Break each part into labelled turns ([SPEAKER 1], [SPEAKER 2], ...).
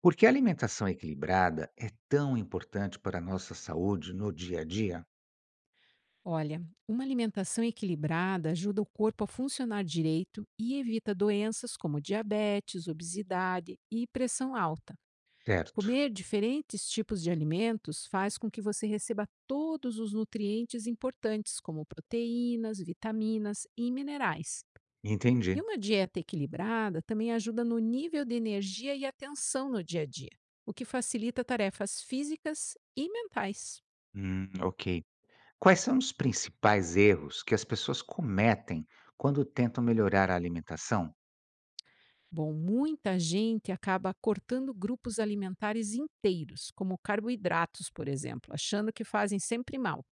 [SPEAKER 1] Por que a alimentação equilibrada é tão importante para a nossa saúde no dia a dia?
[SPEAKER 2] Olha, uma alimentação equilibrada ajuda o corpo a funcionar direito e evita doenças como diabetes, obesidade e pressão alta.
[SPEAKER 1] Certo,
[SPEAKER 2] Comer diferentes tipos de alimentos faz com que você receba todos os nutrientes importantes, como proteínas, vitaminas e minerais. E
[SPEAKER 1] entendi.
[SPEAKER 2] uma dieta equilibrada também ajuda no nível de energia e atenção no dia a dia, o que facilita tarefas físicas e mentais.
[SPEAKER 1] Ok. Quais são os principais erros que as pessoas cometem quando tentam melhorar a alimentação?
[SPEAKER 2] Bom, muita gente acaba cortando grupos alimentares inteiros, como carboidratos, por exemplo, achando que fazem sempre mal.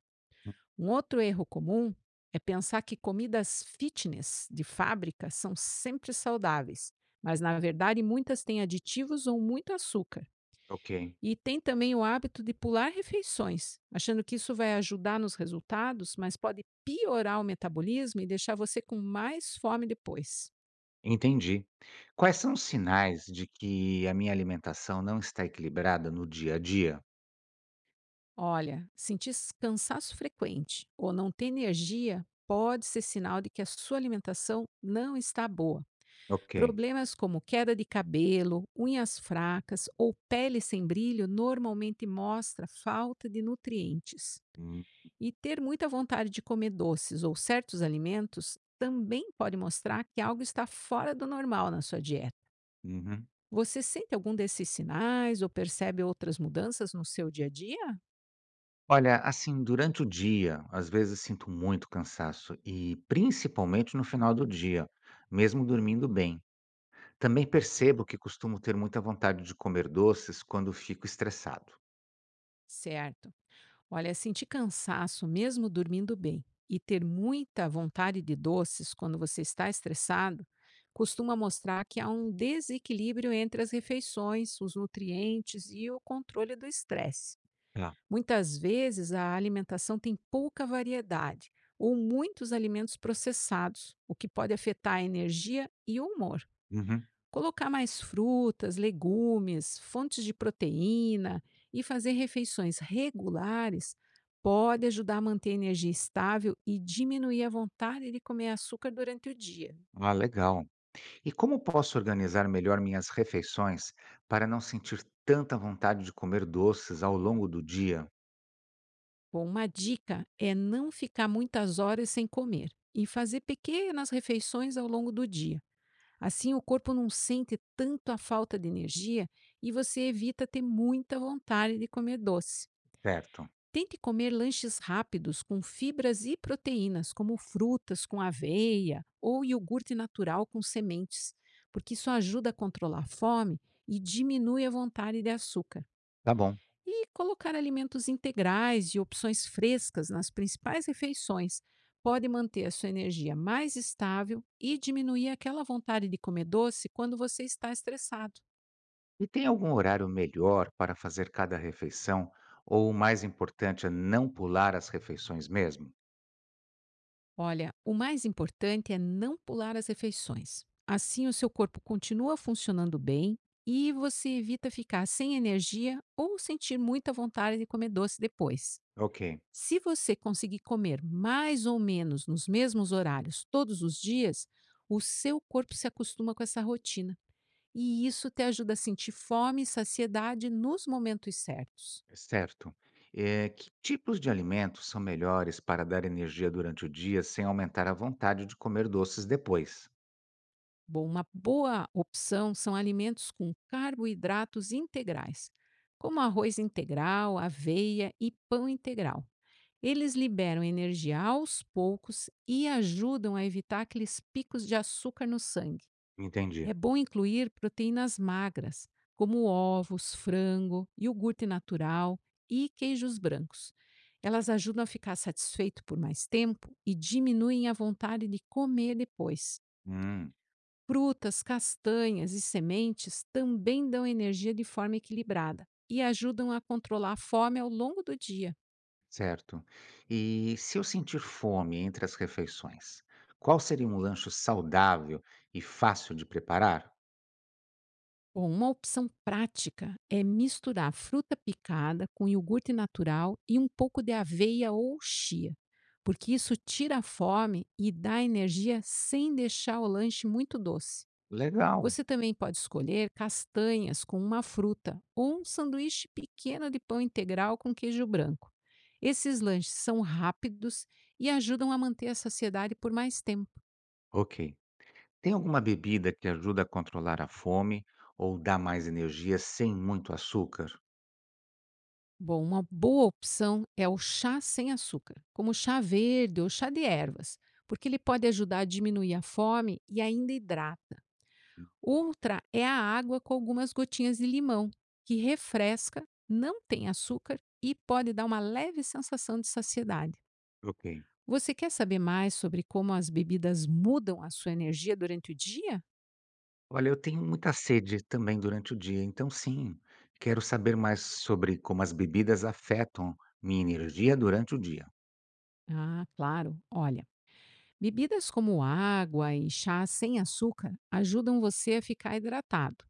[SPEAKER 2] Um outro erro comum é pensar que comidas fitness de fábrica são sempre saudáveis, mas na verdade muitas têm aditivos ou muito açúcar.
[SPEAKER 1] Ok,
[SPEAKER 2] E tem também o hábito de pular refeições, achando que isso vai ajudar nos resultados, mas pode piorar o metabolismo e deixar você com mais fome depois.
[SPEAKER 1] entendi. Quais são os sinais de que a minha alimentação não está equilibrada no dia a dia?
[SPEAKER 2] Olha, sentir cansaço frequente ou não ter energia pode ser sinal de que a sua alimentação não está boa.
[SPEAKER 1] Ok.
[SPEAKER 2] Problemas como queda de cabelo, unhas fracas ou pele sem brilho normalmente mostra falta de nutrientes.
[SPEAKER 1] Hum,
[SPEAKER 2] E ter muita vontade de comer doces ou certos alimentos também pode mostrar que algo está fora do normal na sua dieta.
[SPEAKER 1] uhum.
[SPEAKER 2] Você sente algum desses sinais ou percebe outras mudanças no seu dia a dia?
[SPEAKER 1] Olha, assim, durante o dia, às vezes sinto muito cansaço e principalmente no final do dia, mesmo dormindo bem. Também percebo que costumo ter muita vontade de comer doces quando fico estressado.
[SPEAKER 2] Certo. Olha, sentir cansaço mesmo dormindo bem e ter muita vontade de doces quando você está estressado costuma mostrar que há um desequilíbrio entre as refeições, os nutrientes e o controle do estresse.
[SPEAKER 1] Tá.
[SPEAKER 2] Muitas vezes a alimentação tem pouca variedade ou muitos alimentos processados, o que pode afetar a energia e o humor.
[SPEAKER 1] Uhum.
[SPEAKER 2] Colocar mais frutas, legumes, fontes de proteína e fazer refeições regulares pode ajudar a manter a energia estável e diminuir a vontade de comer açúcar durante o dia.
[SPEAKER 1] Ah, legal. E como posso organizar melhor minhas refeições para não sentir tanta vontade de comer doces ao longo do dia?
[SPEAKER 2] Bom, uma dica é não ficar muitas horas sem comer e fazer pequenas refeições ao longo do dia. Assim, o corpo não sente tanto a falta de energia e você evita ter muita vontade de comer doce.
[SPEAKER 1] Certo.
[SPEAKER 2] Tente comer lanches rápidos com fibras e proteínas, como frutas com aveia ou iogurte natural com sementes, porque isso ajuda a controlar a fome e diminui a vontade de açúcar.
[SPEAKER 1] Tá bom.
[SPEAKER 2] E colocar alimentos integrais e opções frescas nas principais refeições pode manter a sua energia mais estável e diminuir aquela vontade de comer doce quando você está estressado.
[SPEAKER 1] E tem algum horário melhor para fazer cada refeição? Ou o mais importante é não pular as refeições mesmo?
[SPEAKER 2] Olha, o mais importante é não pular as refeições. Assim, o seu corpo continua funcionando bem e você evita ficar sem energia ou sentir muita vontade de comer doce depois.
[SPEAKER 1] Ok,
[SPEAKER 2] Se você conseguir comer mais ou menos nos mesmos horários todos os dias, o seu corpo se acostuma com essa rotina e isso te ajuda a sentir fome e saciedade nos momentos certos.
[SPEAKER 1] certo. Que tipos de alimentos são melhores para dar energia durante o dia sem aumentar a vontade de comer doces depois?
[SPEAKER 2] Bom, uma boa opção são alimentos com carboidratos integrais, como arroz integral, aveia e pão integral. Eles liberam energia aos poucos e ajudam a evitar aqueles picos de açúcar no sangue.
[SPEAKER 1] Entendi.
[SPEAKER 2] É bom incluir proteínas magras, como ovos, frango, iogurte natural e queijos brancos. Elas ajudam a ficar satisfeito por mais tempo e diminuem a vontade de comer depois.
[SPEAKER 1] Hum,
[SPEAKER 2] Frutas, castanhas e sementes também dão energia de forma equilibrada e ajudam a controlar a fome ao longo do dia.
[SPEAKER 1] certo. E se eu sentir fome entre as refeições, qual seria um lanche saudável e fácil de preparar?
[SPEAKER 2] Bom, uma opção prática é misturar fruta picada com iogurte natural e um pouco de aveia ou chia, porque isso tira a fome e dá energia sem deixar o lanche muito doce.
[SPEAKER 1] Legal,
[SPEAKER 2] Você também pode escolher castanhas com uma fruta ou um sanduíche pequeno de pão integral com queijo branco. Esses lanches são rápidos e ajudam a manter a saciedade por mais tempo.
[SPEAKER 1] ok. Tem alguma bebida que ajuda a controlar a fome ou dá mais energia sem muito açúcar?
[SPEAKER 2] Bom, uma boa opção é o chá sem açúcar, como chá verde ou chá de ervas, porque ele pode ajudar a diminuir a fome e ainda hidrata. Outra é a água com algumas gotinhas de limão, que refresca, não tem açúcar e pode dar uma leve sensação de saciedade.
[SPEAKER 1] Ok.
[SPEAKER 2] Você quer saber mais sobre como as bebidas mudam a sua energia durante o dia?
[SPEAKER 1] Olha, eu tenho muita sede também durante o dia, então sim, quero saber mais sobre como as bebidas afetam minha energia durante o dia.
[SPEAKER 2] Ah, claro. Olha, bebidas como água e chá sem açúcar ajudam você a ficar hidratado.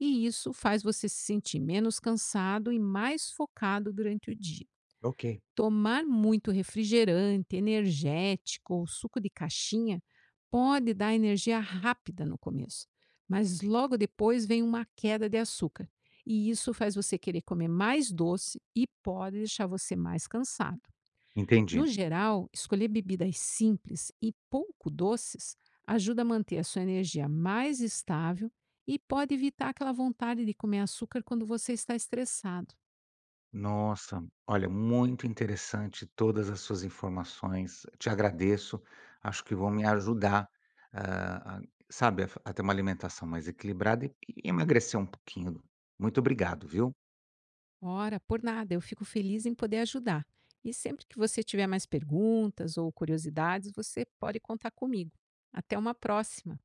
[SPEAKER 2] E isso faz você se sentir menos cansado e mais focado durante o dia.
[SPEAKER 1] Ok.
[SPEAKER 2] Tomar muito refrigerante, energético ou suco de caixinha pode dar energia rápida no começo, mas logo depois vem uma queda de açúcar. E isso faz você querer comer mais doce e pode deixar você mais cansado.
[SPEAKER 1] Entendi.
[SPEAKER 2] No geral, escolher bebidas simples e pouco doces ajuda a manter a sua energia mais estável e pode evitar aquela vontade de comer açúcar quando você está estressado.
[SPEAKER 1] Nossa, olha, muito interessante todas as suas informações. Te agradeço. Acho que vão me ajudar, ah, a, sabe, a, f- a ter uma alimentação mais equilibrada e emagrecer um pouquinho. Muito obrigado, viu?
[SPEAKER 2] Ora, por nada, eu fico feliz em poder ajudar. E sempre que você tiver mais perguntas ou curiosidades, você pode contar comigo. Até uma próxima!